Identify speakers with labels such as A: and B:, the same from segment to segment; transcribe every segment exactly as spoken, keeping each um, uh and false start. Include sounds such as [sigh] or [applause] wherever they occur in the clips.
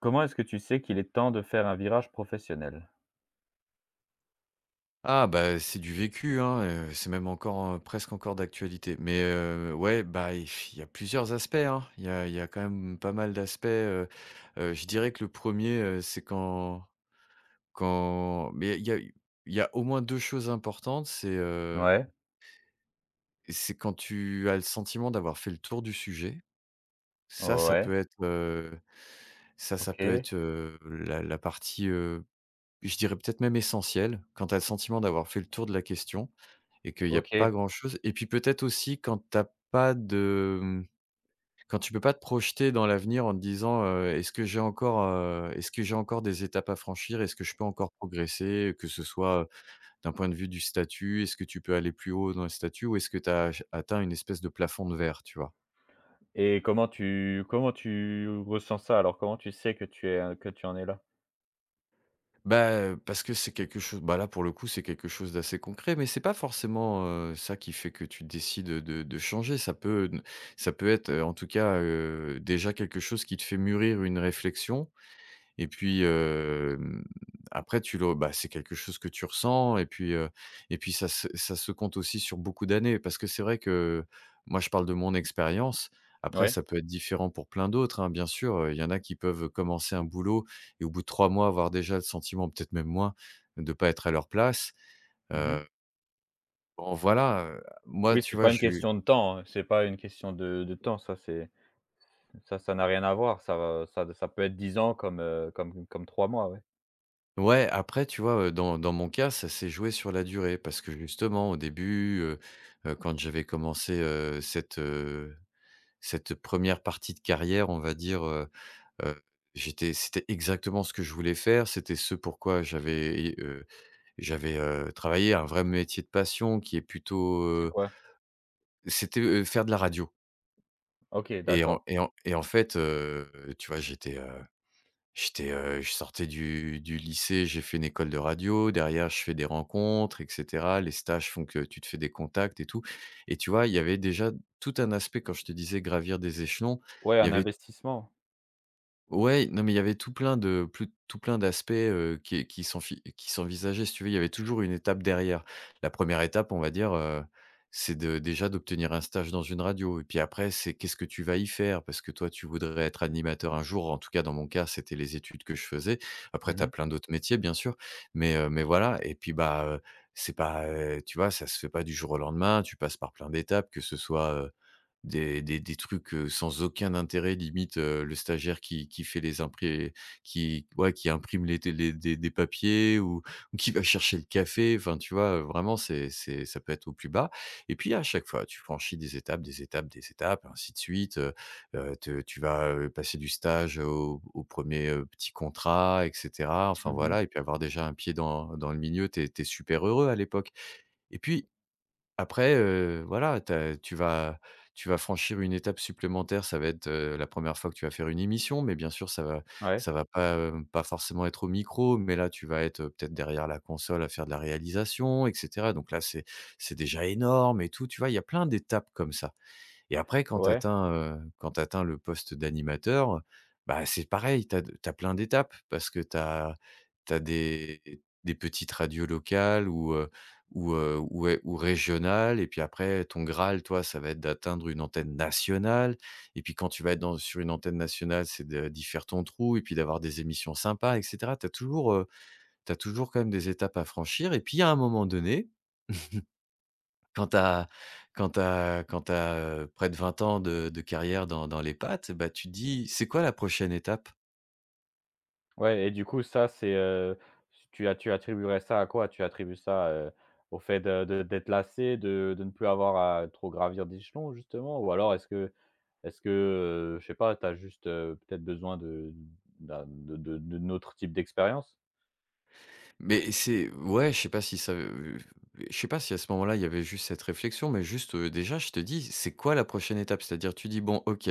A: Comment est-ce que tu sais qu'il est temps de faire un virage professionnel?
B: Ah bah, c'est du vécu, hein, heu, c'est même encore, heu, presque encore d'actualité. Mais, heu, ouais, bah, il il y a plusieurs aspects, hein. Il y a il y a quand même pas mal d'aspects, heu heu, je dirais que le premier er c'est quand quand mais il y a il y a au moins deux choses importantes, c'est, heu,
A: Ouais,
B: c'est quand tu as le sentiment d'avoir fait le tour du sujet. Ça, ça
A: ouais,
B: peut être, heu, ça ça peut
A: OK,
B: être, heu, la la partie, heu je dirais peut-être même essentiel, quand tu as le sentiment d'avoir fait le tour de la question et qu'il n'y a pas
A: OK,
B: grand-chose et puis peut-être aussi quand t'as pas de, mmh, quand tu peux pas te projeter dans l'avenir en te disant, heu: «Est-ce que j'ai encore, heu, est-ce que j'ai encore des étapes à franchir? Est-ce que je peux encore progresser?» que ce soit, heu, d'un point de vue du statut, est-ce que tu peux aller plus haut dans le statut ou est-ce que tu as atteint une espèce de plafond de verre, tu vois?
A: et comment tu comment tu ressens ça alors? Comment tu sais que tu es, que tu en es là?
B: Bah, heu, parce que c'est quelque chose bah, là, pour le coup, c'est quelque chose d'assez concret, mais c'est pas forcément, heu, ça qui fait que tu décides, de de changer. Ça peut ça peut être, heu, en tout cas, heu, déjà quelque chose qui te fait mûrir une réflexion et puis, hem, après tu le bah, c'est quelque chose que tu ressens et puis, heu et puis ça se ça se compte aussi sur beaucoup d'années. Parce que c'est vrai que moi, je parle de mon expérience. Après,
A: Ouais,
B: ça peut être différent pour plein d'autres, hein, bien sûr, il y en a qui peuvent commencer un boulot et au bout de trois mois avoir déjà le sentiment, peut-être même moins, de ne pas être à leur place.
A: mmh.
B: Heu, bon voilà, heu, moi,
A: Oui, c'est
B: tu vois,
A: pas une
B: je
A: question de temps, hein, c'est pas une question de de temps, ça c'est ça ça n'a rien à voir, ça va ça ça peut être dix ans comme, heu, comme comme trois mois, ouais.
B: ouais, après, tu vois, heu, dans dans mon cas, ça s'est joué sur la durée parce que justement, au début, heu heu, quand j'avais commencé, heu, cette, heu, cette première partie de carrière, on va dire, heu heu, j'étais c'était exactement ce que je voulais faire. C'était ce pourquoi j'avais et j'avais, heu, travaillé un vrai métier de passion qui est plutôt,
A: C'est
B: heu,
A: quoi?
B: c'était, heu, faire de la radio
A: OK,
B: et
A: d'accord.
B: en et en et en fait, heu, tu vois, j'étais, j'étais, heu, je sortais du du lycée, j'ai fait une école de radio, derrière je fais des rencontres et cetera. Les stages font que tu te fais des contacts et tout et tu vois, il y avait déjà tout un aspect quand je te disais gravir des échelons,
A: Ouais,
B: il y
A: un
B: avait
A: investissement.
B: ouais, non, mais il y avait tout plein de plus tout plein d'aspects, heu, qui qui s'enfi qui s'envisageaient, si tu veux. Il y avait toujours une étape derrière. La première étape, on va dire, heu, c'est de déjà d'obtenir un stage dans une radio et puis après, c'est qu'est-ce que tu vas y faire? Parce que toi, tu voudrais être animateur un jour. En tout cas, dans mon cas, c'était les études que je faisais. Après,
A: Mmh
B: tu as
A: mh.
B: plein d'autres métiers, bien sûr, mais heu, mais voilà et puis, bah, heu, c'est pas, heu, tu vois, ça se fait pas du jour au lendemain. Tu passes par plein d'étapes, que ce soit, des des des trucs, heu, sans aucun intérêt, limite, heu, le stagiaire qui qui fait les impré qui ouais, qui imprime les les des des papiers ou ou qui va chercher le café, enfin, tu vois? Vraiment, c'est c'est ça peut être au plus bas et puis, à chaque fois, tu franchis des étapes, des étapes, des étapes, ainsi de suite, heu heu, te tu vas, heu, passer du stage au au premier, petit contrat et cetera, enfin,
A: Mmh.
B: voilà et puis avoir déjà un pied dans dans le milieu, tu tu es super heureux à l'époque et puis après, heu, voilà, tu tu vas tu vas franchir une étape supplémentaire. Ça va être, heu, la première fois que tu vas faire une émission, mais bien sûr, ça va
A: Ouais,
B: ça va pas, heu, pas forcément être au micro, mais là, tu vas être, heu, peut-être derrière la console à faire de la réalisation et cetera. Donc là, c'est c'est déjà énorme et tout, tu vois? Il y a plein d'étapes comme ça. Et après quand tu
A: ouais.
B: atteins, heu, quand tu atteins le poste d'animateur, bah, c'est pareil, tu as plein d'étapes parce que tu as des des petites radios locales ou, heu, ou, heu, ou é ou régionales et puis après ton graal toi, ça va être d'atteindre une antenne nationale et puis quand tu vas être dans sur une antenne nationale, c'est de d'y faire ton trou et puis d'avoir des émissions sympas et cetera. Tu as toujours, heu, tu toujours quand même des étapes à franchir et puis à un moment donné [laughs] Quand tu as quand t'as quand t'as as, près de vingt ans de de carrière dans dans les pattes, bah, tu te dis: «C'est quoi la prochaine étape?»
A: Ouais, et du coup ça c'est, heu, tu as tu attribuerais ça à quoi? Tu attribues ça, heu, au fait de de d'être lassé, de de ne plus avoir à trop gravir d'échelons justement? Ou alors est-ce que est-ce que, heu, je sais pas, tu as juste, heu, peut-être besoin de d'un de de d'un autre type d'expérience?
B: mais c'est ouais, je sais pas si ça, heu, je sais pas si à ce moment-là, il y avait juste cette réflexion, mais juste, heu, déjà, je te dis: «C'est quoi la prochaine étape?» C'est-à-dire tu dis: «Bon, OK,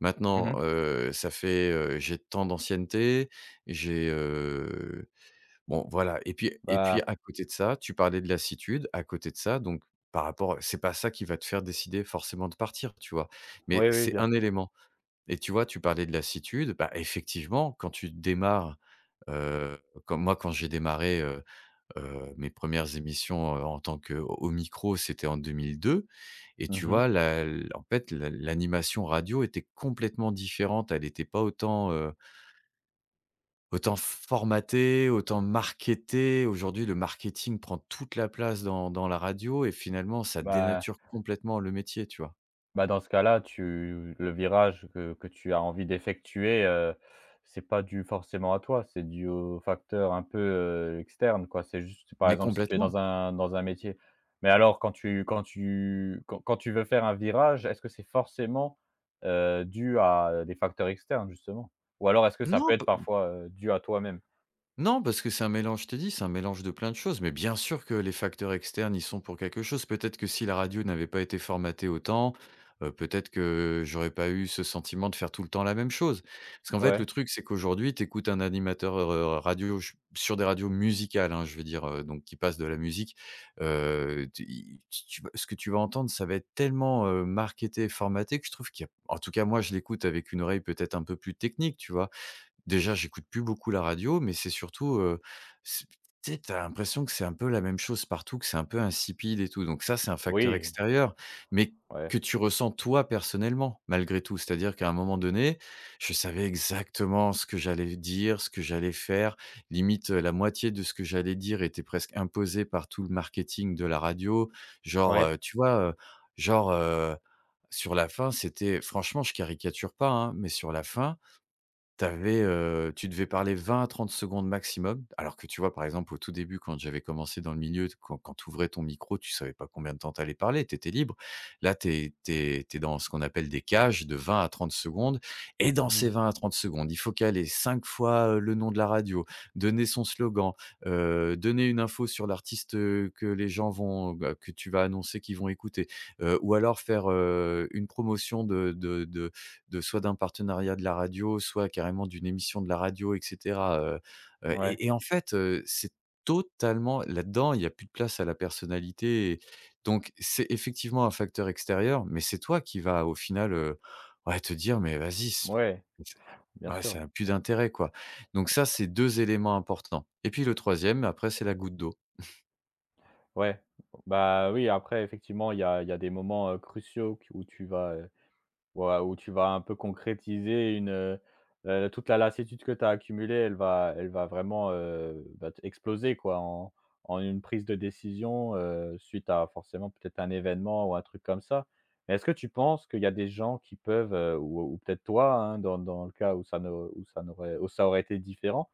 B: maintenant,
A: Mmh.
B: heu, ça fait, heu, j'ai tant d'ancienneté, j'ai, bon, voilà et puis et
A: Bah
B: puis à côté de ça, tu parlais de lassitude, à côté de ça, donc par rapport c'est pas ça qui va te faire décider forcément de partir, tu vois? Mais
A: oui, oui,
B: c'est
A: bien
B: un
A: sûr.
B: élément et tu vois, tu parlais de lassitude, bah, effectivement, quand tu démarres, heu, comme moi quand j'ai démarré, heu heu, mes premières émissions, heu, en tant que au micro, c'était en deux mille deux et tu
A: Mmh.
B: vois la en fait, la l'animation radio était complètement différente, elle n'était pas autant, autant formater, autant marketer. Aujourd'hui, le marketing prend toute la place dans dans la radio et finalement, ça
A: Bah.
B: dénature complètement le métier, tu vois?
A: Bah, dans ce cas-là, tu le virage que que tu as envie d'effectuer, heu, c'est pas dû forcément à toi, c'est dû aux facteurs un peu, heu, externes, quoi. C'est juste, par
B: Mais
A: exemple, si tu es
B: complètement.
A: dans un dans un métier. Mais alors quand tu quand tu quand quand tu veux faire un virage, est-ce que c'est forcément, heu, dû à des facteurs externes, justement? Ou alors est-ce que ça peut
B: Non,
A: être parfois, heu, dû à toi-même?
B: non, parce que c'est un mélange, je t'ai dit, c'est un mélange de plein de choses. Mais bien sûr que les facteurs externes, ils sont pour quelque chose. Peut-être que si la radio n'avait pas été formatée autant, heu, peut-être que j'aurais pas eu ce sentiment de faire tout le temps la même chose. Parce qu'en fait, le
A: Ouais,
B: truc, c'est qu'aujourd'hui, tu écoutes un animateur, heu, radio ch sur des radios musicales, hein, je veux dire, heu, donc qui passe de la musique, heu, tu i tu tu vas ce que tu vas entendre, ça va être tellement, heu, marketé et formaté que je trouve qu'il y a en tout cas, moi, je l'écoute avec une oreille peut-être un peu plus technique, tu vois? Déjà, j'écoute plus beaucoup la radio, mais c'est surtout, heu, c'est tu sais, tu l'impression que c'est un peu la même chose partout, que c'est un peu insipide et tout. Donc ça, c'est un facteur
A: oui,
B: extérieur, mais
A: ouais,
B: que tu ressens toi personnellement, malgré tout. C'est-à-dire qu'à un moment donné, je savais exactement ce que j'allais dire, ce que j'allais faire. Limite, heu, la moitié de ce que j'allais dire était presque imposée par tout le marketing de la radio. Genre,
A: ouais,
B: heu, tu vois, heu, genre, heu, sur la fin, c'était franchement, je caricature pas, hein, mais sur la fin T'avais, avais, tu devais parler vingt à trente secondes maximum, alors que tu vois, par exemple, au tout début, quand j'avais commencé dans le milieu, quand quand tu ouvrais ton micro, tu savais pas combien de temps t'allais parler, t'étais libre. Là, t'es es tu dans ce qu'on appelle des cages de vingt à trente secondes et dans ces
A: mmh,
B: vingt à trente secondes, il faut caler cinq fois, heu, le nom de la radio, donner son slogan, heu, donner une info sur l'artiste, heu, que les gens vont bah, que tu vas annoncer qu'ils vont écouter, heu, ou alors faire, heu, une promotion de de de de soit d'un partenariat de la radio, soit carrément d'une émission de la radio et cetera, heu, heu
A: ouais,
B: et et en fait, heu, c'est totalement là-dedans, il y a plus de place à la personnalité et donc c'est effectivement un facteur extérieur, mais c'est toi qui vas au final, heu, ouais, te dire: «Mais vas-y, c
A: ouais,
B: c'est
A: bien
B: ouais,
A: sûr.
B: ça a plus d'intérêt, quoi». Donc ça, c'est deux éléments importants et puis le troisième, après, c'est la goutte d'eau.
A: Ouais, bah, oui, après effectivement, il y a il y a des moments, heu, cruciaux q où tu vas, heu, ouah, où tu vas un peu concrétiser une, heu heu, toute la lassitude que tu as accumulée, elle va elle va vraiment, heu, bah, t exploser quoi en en une prise de décision, heu, suite à forcément peut-être un événement ou un truc comme ça. Mais est-ce que tu penses qu'il y a des gens qui peuvent, heu, ou ou peut-être toi, hein, dans dans le cas où ça ne où ça n'aurait où ça aurait été différent?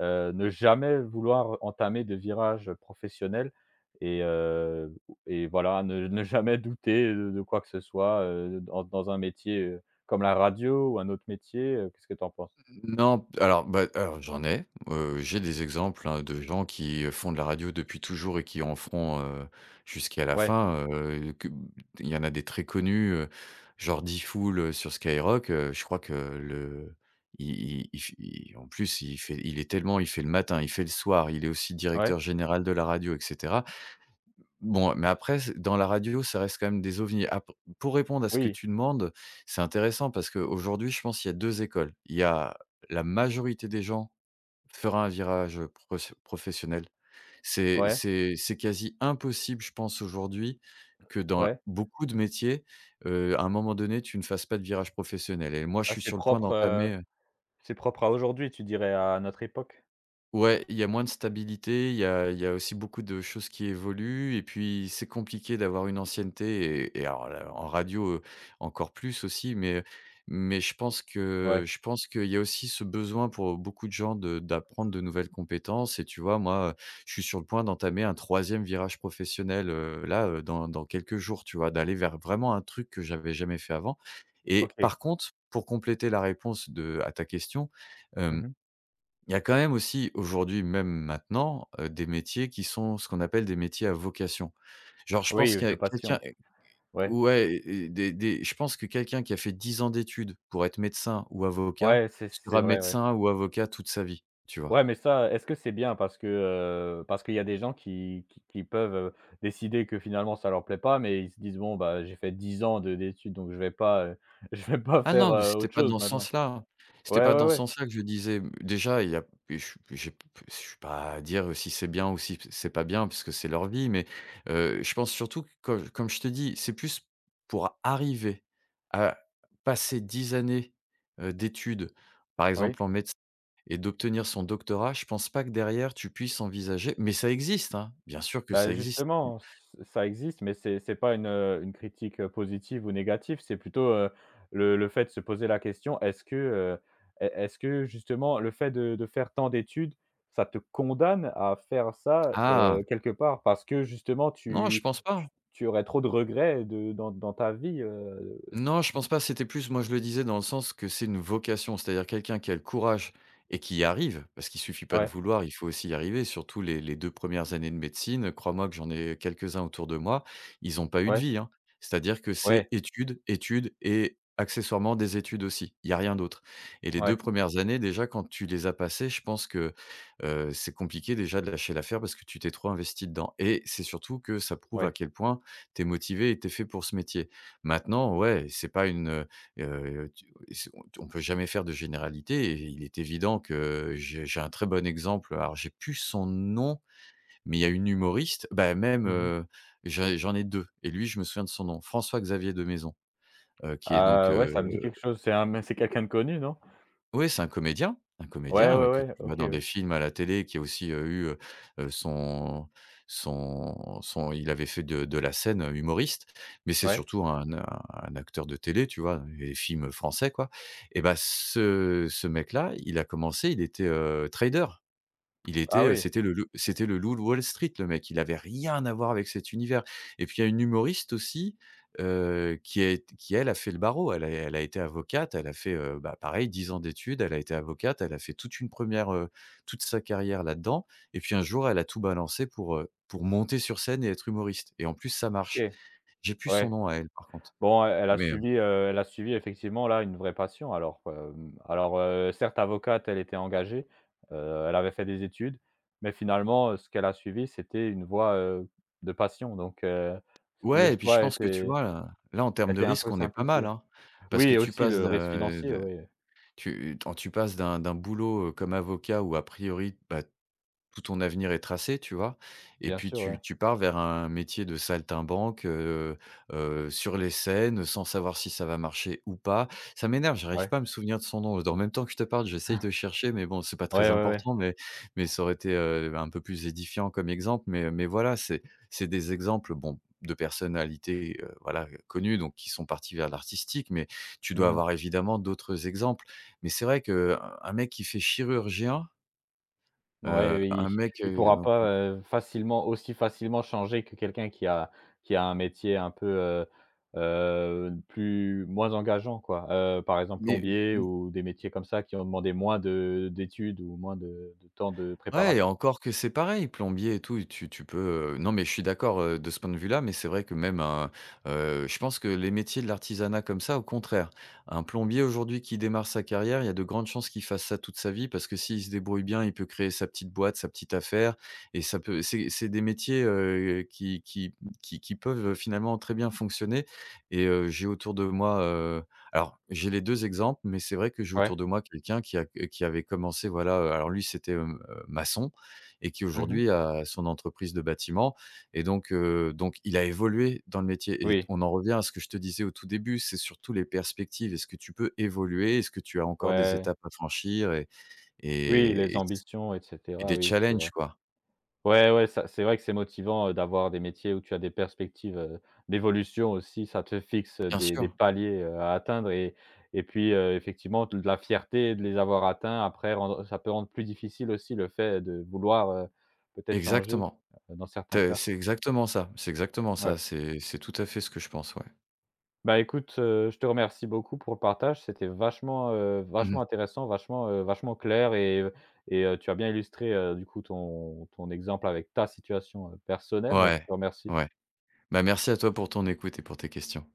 A: Heu, ne jamais vouloir entamer de virage professionnel et heu et voilà, ne ne jamais douter de de quoi que ce soit, heu, dans dans un métier, heu, comme la radio ou un autre métier, heu, qu'est-ce que tu en penses?
B: Non, alors, bah, alors j'en ai. Heu, j'ai des exemples, hein, de gens qui font de la radio depuis toujours et qui en feront, heu, jusqu'à la
A: Ouais,
B: fin, heu, que il y en a des très connus, heu, genre Difool, heu, sur Skyrock, heu, je crois que le il il il f il en plus, il fait il est tellement il fait le matin, il fait le soir, il est aussi
A: ouais,
B: directeur général de la radio et cetera. Bon, mais après c'est dans la radio, ça reste quand même des ovnis. Ap Pour répondre à ce que
A: oui,
B: tu demandes, c'est intéressant parce qu'aujourd'hui, je pense qu'il y a deux écoles. Il y a la majorité des gens fera un virage, heu, professionnel. C'est
A: ouais,
B: c'est c'est quasi impossible, je pense aujourd'hui, que dans
A: ouais.
B: beaucoup de métiers, heu, à un moment donné, tu ne fasses pas de virage professionnel et moi, je
A: Ah,
B: suis
A: c'est
B: sur le point
A: propre, heu,
B: d'entamer.
A: c'est propre à aujourd'hui, tu dirais, à notre époque?
B: Ouais, il y a moins de stabilité, il y a il y a aussi beaucoup de choses qui évoluent et puis c'est compliqué d'avoir une ancienneté et et alors là, en radio, heu, encore plus aussi, mais mais je pense que
A: Ouais,
B: je pense qu'il y a aussi ce besoin pour beaucoup de gens de d'apprendre de nouvelles compétences et tu vois, moi, je suis sur le point d'entamer un troisième virage professionnel, heu, là, heu, dans dans quelques jours, tu vois? D'aller vers vraiment un truc que j'avais jamais fait avant et
A: OK.
B: par contre, pour compléter la réponse de à ta question,
A: Mmh.
B: il y a quand même aussi aujourd'hui, même maintenant, heu, des métiers qui sont ce qu'on appelle des métiers à vocation. Genre je pense
A: Oui,
B: qu'il y
A: de
B: a quelqu'un
A: passion.
B: eh,
A: Ouais,
B: ouais et des des je pense que quelqu'un qui a fait dix ans d'études pour être médecin ou avocat
A: ouais, c'est c'est
B: sera
A: vrai, ouais.
B: médecin ou avocat toute sa vie, tu vois?
A: Ouais, mais ça, est-ce que c'est bien? Parce que, heu, parce qu'il y a des gens qui qui qui peuvent, heu, décider que finalement ça leur plaît pas, mais ils se disent: «Bon, bah, j'ai fait dix ans de d'études, donc je vais pas, heu, [laughs] je vais pas
B: Ah
A: faire,
B: non, mais
A: heu,
B: c'était
A: autre
B: pas
A: chose
B: dans ce
A: maintenant».
B: sens-là. C'était
A: Ouais,
B: pas
A: ouais,
B: dans ce
A: ouais.
B: sens-là que je disais. Déjà, il y a et je je suis pas à dire si c'est bien ou si c'est pas bien parce que c'est leur vie, mais, heu, je pense surtout que comme comme je te dis, c'est plus pour arriver à passer dix années, heu, d'études, par
A: Oui.
B: exemple en médecine et d'obtenir son doctorat, je pense pas que derrière tu puisses envisager mais ça existe, hein, bien sûr que
A: Bah,
B: ça existe.
A: justement, ç Ça existe, mais c'est c'est pas une, heu, une critique, heu, positive ou négative, c'est plutôt, heu, le le fait de se poser la question: «Est-ce que, heu, est est-ce que justement le fait de de faire tant d'études, ça te condamne à faire ça, heu,
B: Ah!
A: quelque part? Parce que justement
B: Non, je
A: tu
B: pense pas.
A: tu tu aurais trop de regrets de dans dans ta vie, heu,
B: Non, je
A: si».
B: pense pas, c'était plus moi je le disais dans le sens que c'est une vocation, c'est-à-dire quelqu'un qui a le courage et qui y arrive, parce qu'il suffit pas de
A: Ouais,
B: vouloir, il faut aussi y arriver, surtout les les deux un années de médecine, crois-moi que j'en ai quelques-uns autour de moi, ils ont pas eu de
A: ouais,
B: vie, hein. C'est-à-dire que
A: ouais,
B: c'est études, études et accessoirement des études aussi, il y a rien d'autre et les
A: ouais,
B: deux premières années déjà quand tu les as passées, je pense que, heu, c'est compliqué déjà de lâcher l'affaire parce que tu t'es trop investi dedans et c'est surtout que ça prouve à
A: ouais.
B: quel point tu es motivé et tu es fait pour ce métier. Maintenant, ouais, c'est pas une, heu tu c'est on peut jamais faire de généralité et il est évident que j'ai j'ai un très bon exemple, alors j'ai plus son nom, mais il y a une humoriste, bah, même,
A: Mmh.
B: heu, j'ai j'en ai deux. Et lui, je me souviens de son nom, François Xavier de Maison, heu, qui est donc,
A: Ah ouais,
B: heu
A: ça me dit quelque chose, c'est un c'est quelqu'un de connu, non?
B: Oui, c'est un comédien, un
A: Ouais,
B: comédien, heu,
A: ouais,
B: que
A: ouais,
B: tu
A: OK,
B: vois dans des
A: ouais.
B: films à la télé qui a aussi, heu, eu, heu heu, son son son il avait fait de de la scène, heu, humoriste, mais c'est
A: Ouais.
B: surtout un a un acteur de télé, tu vois? Et des films français, quoi et ben ce ce mec-là, il a commencé, il était, heu, trader. Il
A: Ah
B: était, heu,
A: oui,
B: c'était le loup c'était le loup de Wall Street, le mec, il avait rien à voir avec cet univers et puis il y a une humoriste aussi, heu, qui est qui elle a fait le barreau. Elle a elle a été avocate, elle a fait, heu, bah, pareil dix ans d'études, elle a été avocate, elle a fait toute une première re toute sa carrière là-dedans et puis un jour elle a tout balancé pour, heu, pour monter sur scène et être humoriste et en plus ça marche.
A: OK,
B: J'ai plus son
A: ouais.
B: nom à elle par contre,
A: Bon, elle a
B: mais, heu,
A: suivi, heu, elle a suivi effectivement là une vraie passion alors, hem, alors, heu, certes avocate, elle était engagée, heu, elle avait fait des études, mais finalement, heu, ce qu'elle a suivi, c'était une voie, heu, de passion donc, heu, le
B: ouais et puis je
A: choix
B: pense que tu
A: était
B: vois là là en termes de
A: était un
B: risque
A: peu
B: on est pas mal,
A: simplifié.
B: hein,
A: Oui,
B: parce que
A: et
B: tu
A: aussi
B: passes
A: le risque financier,
B: de
A: oui,
B: Tu quand tu passes d'un d'un boulot, heu, comme avocat où a priori, bah, tout ton avenir est tracé, tu vois? Et
A: bien
B: puis
A: sûr, ouais.
B: tu tu pars vers un métier de saltimbanque, heu heu, sur les scènes, sans savoir si ça va marcher ou pas. Ça m'énerve, j'arrive
A: Ouais.
B: pas à me souvenir de son nom. Dans le même temps que je te parle, j'essaye de chercher, mais bon, c'est pas
A: Ouais,
B: très
A: ouais, ouais.
B: important, mais mais ça aurait été, heu, un peu plus édifiant comme exemple, mais mais voilà, c'est c'est des exemples, bon, de personnalités, heu, voilà, connues, donc qui sont partis vers l'artistique, mais tu dois
A: Mmh.
B: avoir évidemment d'autres exemples. Mais c'est vrai que euh, un mec qui fait chirurgien. Heu,
A: Ouais, il
B: un mec,
A: il
B: heu,
A: pourra
B: donc
A: pas, heu, facilement aussi facilement changer que quelqu'un qui a qui a un métier un peu, heu heu, plus moins engageant quoi. Heu, par exemple
B: mais
A: plombier ou des métiers comme ça qui ont demandé moins de d'études ou moins de de temps de
B: Ouais et
A: préparation.
B: encore que c'est pareil, plombier et tout, tu tu peux, heu non mais je suis d'accord, heu, de ce point de vue-là, mais c'est vrai que même un, heu, je pense que les métiers de l'artisanat comme ça, au contraire, un plombier aujourd'hui qui démarre sa carrière, il y a de grandes chances qu'il fasse ça toute sa vie parce que s'il se débrouille bien, il peut créer sa petite boîte, sa petite affaire et ça peut c'est c'est des métiers, heu, qui qui qui qui peuvent finalement très bien fonctionner et heu, j'ai autour de moi, heu alors j'ai les deux exemples, mais c'est vrai que j'ai
A: Ouais.
B: autour de moi quelqu'un qui a qui avait commencé voilà, heu, alors lui c'était maçon et qui
A: Mhm.
B: aujourd'hui a son entreprise de bâtiment et donc heu, donc il a évolué dans le métier et
A: Oui.
B: on en revient à ce que je te disais au tout début, c'est surtout les perspectives. Est-ce que tu peux évoluer? Est-ce que tu as encore des
A: Ouais.
B: étapes à franchir et
A: Oui, les
B: et
A: ambitions et
B: et
A: cetera,
B: des
A: oui, c'est vrai.
B: challenges, quoi?
A: Ouais, ouais, ça c'est vrai que c'est motivant, heu, d'avoir des métiers où tu as des perspectives, heu, d'évolution aussi. Ça te fixe
B: Bien
A: des des
B: sûr,
A: paliers, heu, à atteindre et et puis, heu, effectivement de la fierté de les avoir atteints après rendre ça peut rendre plus difficile aussi le fait de vouloir, heu, peut-être changer,
B: exactement.
A: heu, dans certains
B: Tu
A: cas.
B: c'est exactement ça, c'est exactement
A: Ouais.
B: ça, c'est c'est tout à fait ce que je pense, ouais.
A: Bah, écoute, heu, je te remercie beaucoup pour le partage. C'était vachement, heu, vachement
B: Mmh.
A: intéressant, vachement, heu, vachement clair et et heu, tu as bien illustré, heu, du coup ton ton exemple avec ta situation, heu, personnelle, donc je
B: Ouais,
A: te remercie.
B: ouais. Bah, merci à toi pour ton écoute et pour tes questions.